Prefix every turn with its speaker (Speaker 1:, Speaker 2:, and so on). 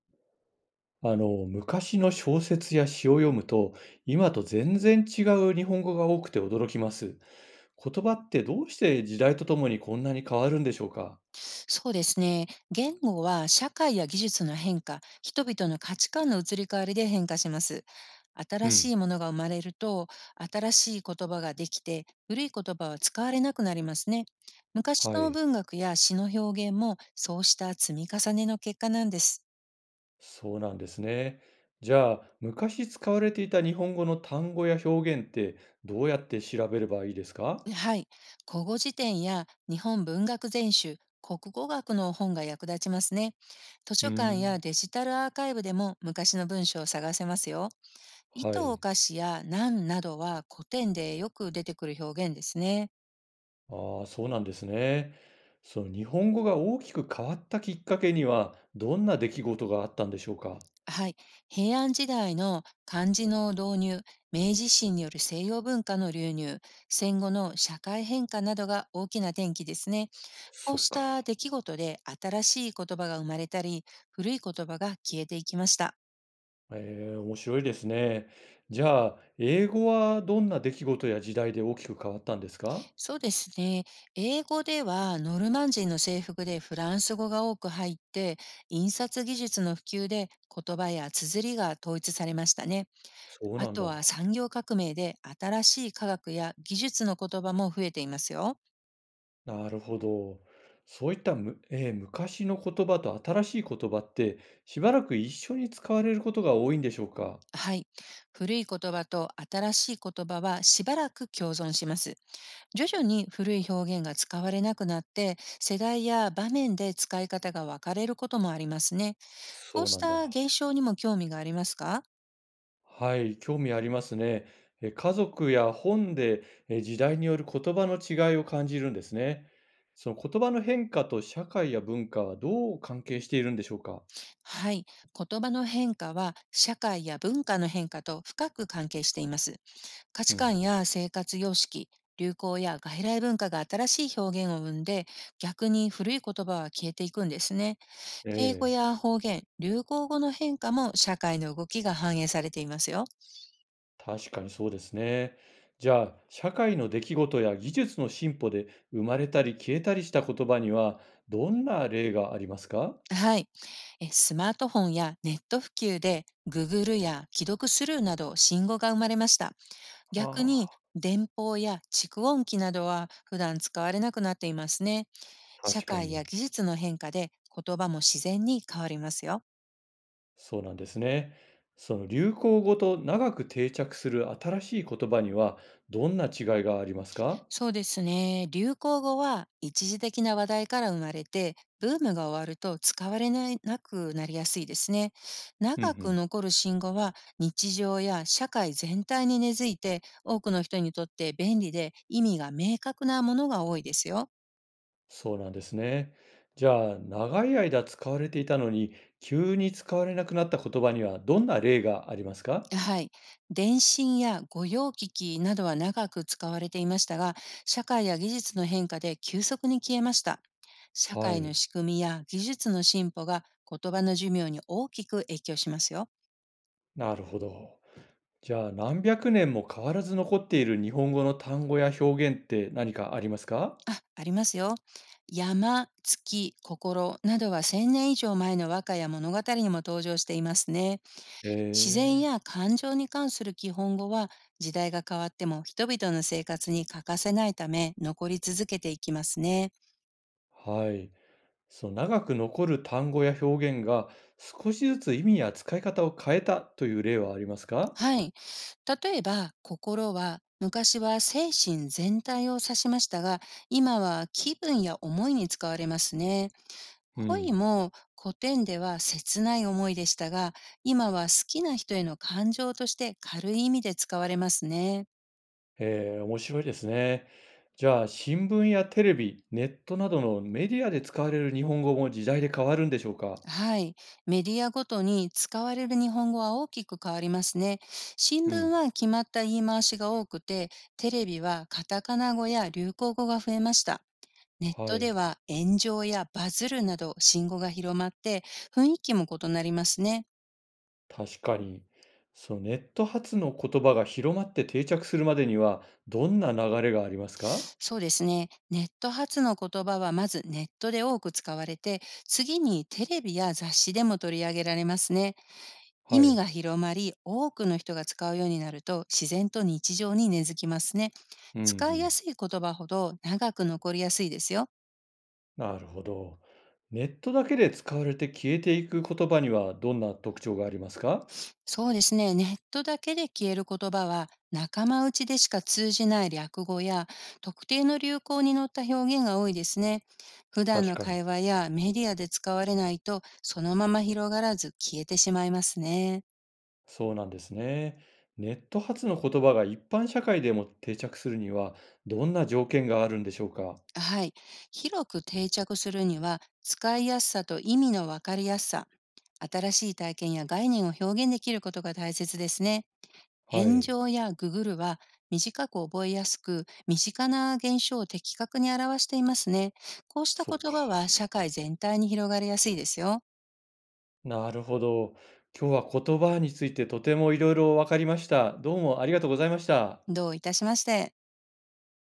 Speaker 1: 昔の小説や詩を読むと、今と全然違う日本語が多くて驚きます。言葉ってどうして時代とともにこんなに変わるんでしょうか？
Speaker 2: そうですね。言語は社会や技術の変化、人々の価値観の移り変わりで変化します。
Speaker 1: う
Speaker 2: 新
Speaker 1: ん。
Speaker 2: しいものが生まれると、新しい言葉ができて、古い言葉は使われなくなりますね。昔
Speaker 1: は
Speaker 2: の
Speaker 1: い。
Speaker 2: 文学や詩の表現も、そうした積み重ねの結果なんです。
Speaker 1: そうなんですね。じゃあ、昔使われていた日本語の単語や表現ってどうやって調べればいいですか？
Speaker 2: はい。古語辞典や日本文学全集、国語学の本が役立ちますね。図
Speaker 1: うー
Speaker 2: 書館や
Speaker 1: ん。
Speaker 2: デジタルアーカイブでも昔の文章を探せますよ。
Speaker 1: は
Speaker 2: 糸お
Speaker 1: い。
Speaker 2: かしや難などは古典でよく出てくる表現ですね。
Speaker 1: ああ、そうなんですね。その日本語が大きく変わったきっかけには、どんな出来事があったんでしょうか？
Speaker 2: はい。平安時代の漢字の導入、明治維新による西洋文化の流入、戦後の社会変化などが大きな転機ですね。こ
Speaker 1: そ
Speaker 2: う
Speaker 1: っ
Speaker 2: した
Speaker 1: か。
Speaker 2: 出来事で新しい言葉が生まれたり、古い言葉が消えていきました。
Speaker 1: ええ、面白いですね。じゃあ、英語はどんな出来事や時代で大きく変わったんですか？
Speaker 2: そうですね。英語ではノルマン人の制服でフランス語が多く入って、印刷技術の普及で言葉や綴りが統一されましたね。
Speaker 1: そう
Speaker 2: あ
Speaker 1: なん
Speaker 2: と
Speaker 1: だ。
Speaker 2: は産業革命で新しい科学や技術の言葉も増えていますよ。
Speaker 1: なるほど。そういった、むえー昔の言葉と新しい言葉って、しばらく一緒に使われることが多いんでしょうか？
Speaker 2: はい。古い言葉と新しい言葉はしばらく共存します。徐々に古い表現が使われなくなって、世代や場面で使い方が分かれることもありますね。こ
Speaker 1: そ
Speaker 2: う
Speaker 1: う
Speaker 2: し
Speaker 1: なんだ。
Speaker 2: た現象にも興味がありますか？
Speaker 1: はい、興味ありますね。家族や本で、時代による言葉の違いを感じるんですね。その言葉の変化と社会や文化はどう関係しているんでしょうか？
Speaker 2: はい。言葉の変化は社会や文化の変化と深く関係しています。価
Speaker 1: う
Speaker 2: 値
Speaker 1: ん、
Speaker 2: 観や生活様式、流行や外来文化が新しい表現を生んで、逆に古い言葉は消えていくんですね。
Speaker 1: え
Speaker 2: 敬語
Speaker 1: え。
Speaker 2: や方言、流行語の変化も社会の動きが反映されていますよ。
Speaker 1: 確かにそうですね。じゃあ、社会の出来事や技術の進歩で生まれたり消えたりした言葉には、どんな例がありますか？
Speaker 2: はい。スマートフォンやネット普及で Google や既読スルーなど新語が生まれました。逆に
Speaker 1: あ
Speaker 2: 電報や蓄音機などは普段使われなくなっていますね。
Speaker 1: あ、
Speaker 2: 社
Speaker 1: 確か
Speaker 2: 会や
Speaker 1: に、
Speaker 2: 技術の変化で言葉も自然に変わりますよ。
Speaker 1: そうなんですね。その流行語と長く定着する新しい言葉には、どんな違いがありますか？
Speaker 2: そうですね。流行語は一時的な話題から生まれて、ブームが終わると使われないなくなりやすいですね。
Speaker 1: うんう
Speaker 2: 長く
Speaker 1: ん。
Speaker 2: 残る新語は日常や社会全体に根付いて、多くの人にとって便利で意味が明確なものが多いですよ。
Speaker 1: そうなんですね。じゃあ、長い間使われていたのに、急に使われなくなった言葉には、どんな例がありますか？
Speaker 2: はい。電信や御用機器などは長く使われていましたが、社会や技術の変化で急速に消えました。社
Speaker 1: は
Speaker 2: 会の
Speaker 1: い、
Speaker 2: 仕組みや技術の進歩が言葉の寿命に大きく影響しますよ。
Speaker 1: なるほど。じゃあ、何百年も変わらず残っている日本語の単語や表現って何かありますか？
Speaker 2: あ、ありますよ。山、月、心などは千年以上前の和歌や物語にも登場していますね。自然
Speaker 1: え
Speaker 2: や感情に関する基本語は時代が変わっても人々の生活に欠かせないため残り続けていきますね。
Speaker 1: はい。その長く残る単語や表現が、少しずつ意味や使い方を変えたという例はありますか？
Speaker 2: はい。例えば、心は昔は精神全体を指しましたが、今は気分や思いに使われますね。
Speaker 1: う
Speaker 2: 恋
Speaker 1: ん。
Speaker 2: も古典では切ない思いでしたが、今は好きな人への感情として軽い意味で使われますね。
Speaker 1: ええ、面白いですね。じゃあ、新聞やテレビ、ネットなどのメディアで使われる日本語も時代で変わるんでしょうか？
Speaker 2: はい。メディアごとに使われる日本語は大きく変わりますね。新
Speaker 1: う
Speaker 2: 聞
Speaker 1: ん、
Speaker 2: は決まった言い回しが多くて、テレビはカタカナ語や流行語が増えました。ネッ
Speaker 1: は
Speaker 2: トで
Speaker 1: い。
Speaker 2: は炎上やバズるなど信号が広まって雰囲気も異なりますね。
Speaker 1: 確かに。そのネット発の言葉が広まって定着するまでには、どんな流れがありますか？
Speaker 2: そうですね。ネット発の言葉はまずネットで多く使われて、次にテレビや雑誌でも取り上げられますね。意
Speaker 1: は
Speaker 2: 味
Speaker 1: い。
Speaker 2: が広まり、多くの人が使うようになると自然と日常に根付きますね。
Speaker 1: うんう
Speaker 2: 使いや
Speaker 1: ん。
Speaker 2: すい言葉ほど長く残りやすいですよ。
Speaker 1: なるほど。ネットだけで使われて消えていく言葉にはどんな特徴がありますか？
Speaker 2: そうですね。ネットだけで消える言葉は、仲間内でしか通じない略語や、特定の流行に乗った表現が多いですね。普段
Speaker 1: 確
Speaker 2: の
Speaker 1: かに。
Speaker 2: 会話やメディアで使われないと、そのまま広がらず消えてしまいますね。
Speaker 1: そうなんですね。ネット発の言葉が一般社会でも定着するには、どんな条件があるんでしょうか？
Speaker 2: はい。広く定着するには、使いやすさと意味のわかりやすさ、新しい体験や概念を表現できることが大切ですね。
Speaker 1: は
Speaker 2: 炎
Speaker 1: い。
Speaker 2: 上やググルは短く覚えやすく、身近な現象を的確に表していますね。こうした
Speaker 1: そっ
Speaker 2: 言葉
Speaker 1: か。
Speaker 2: は社会全体に広がりやすいですよ。
Speaker 1: なるほど。今日は言葉についてとてもいろいろ分かりました。どうもありがとうございました。
Speaker 2: どういたしまして。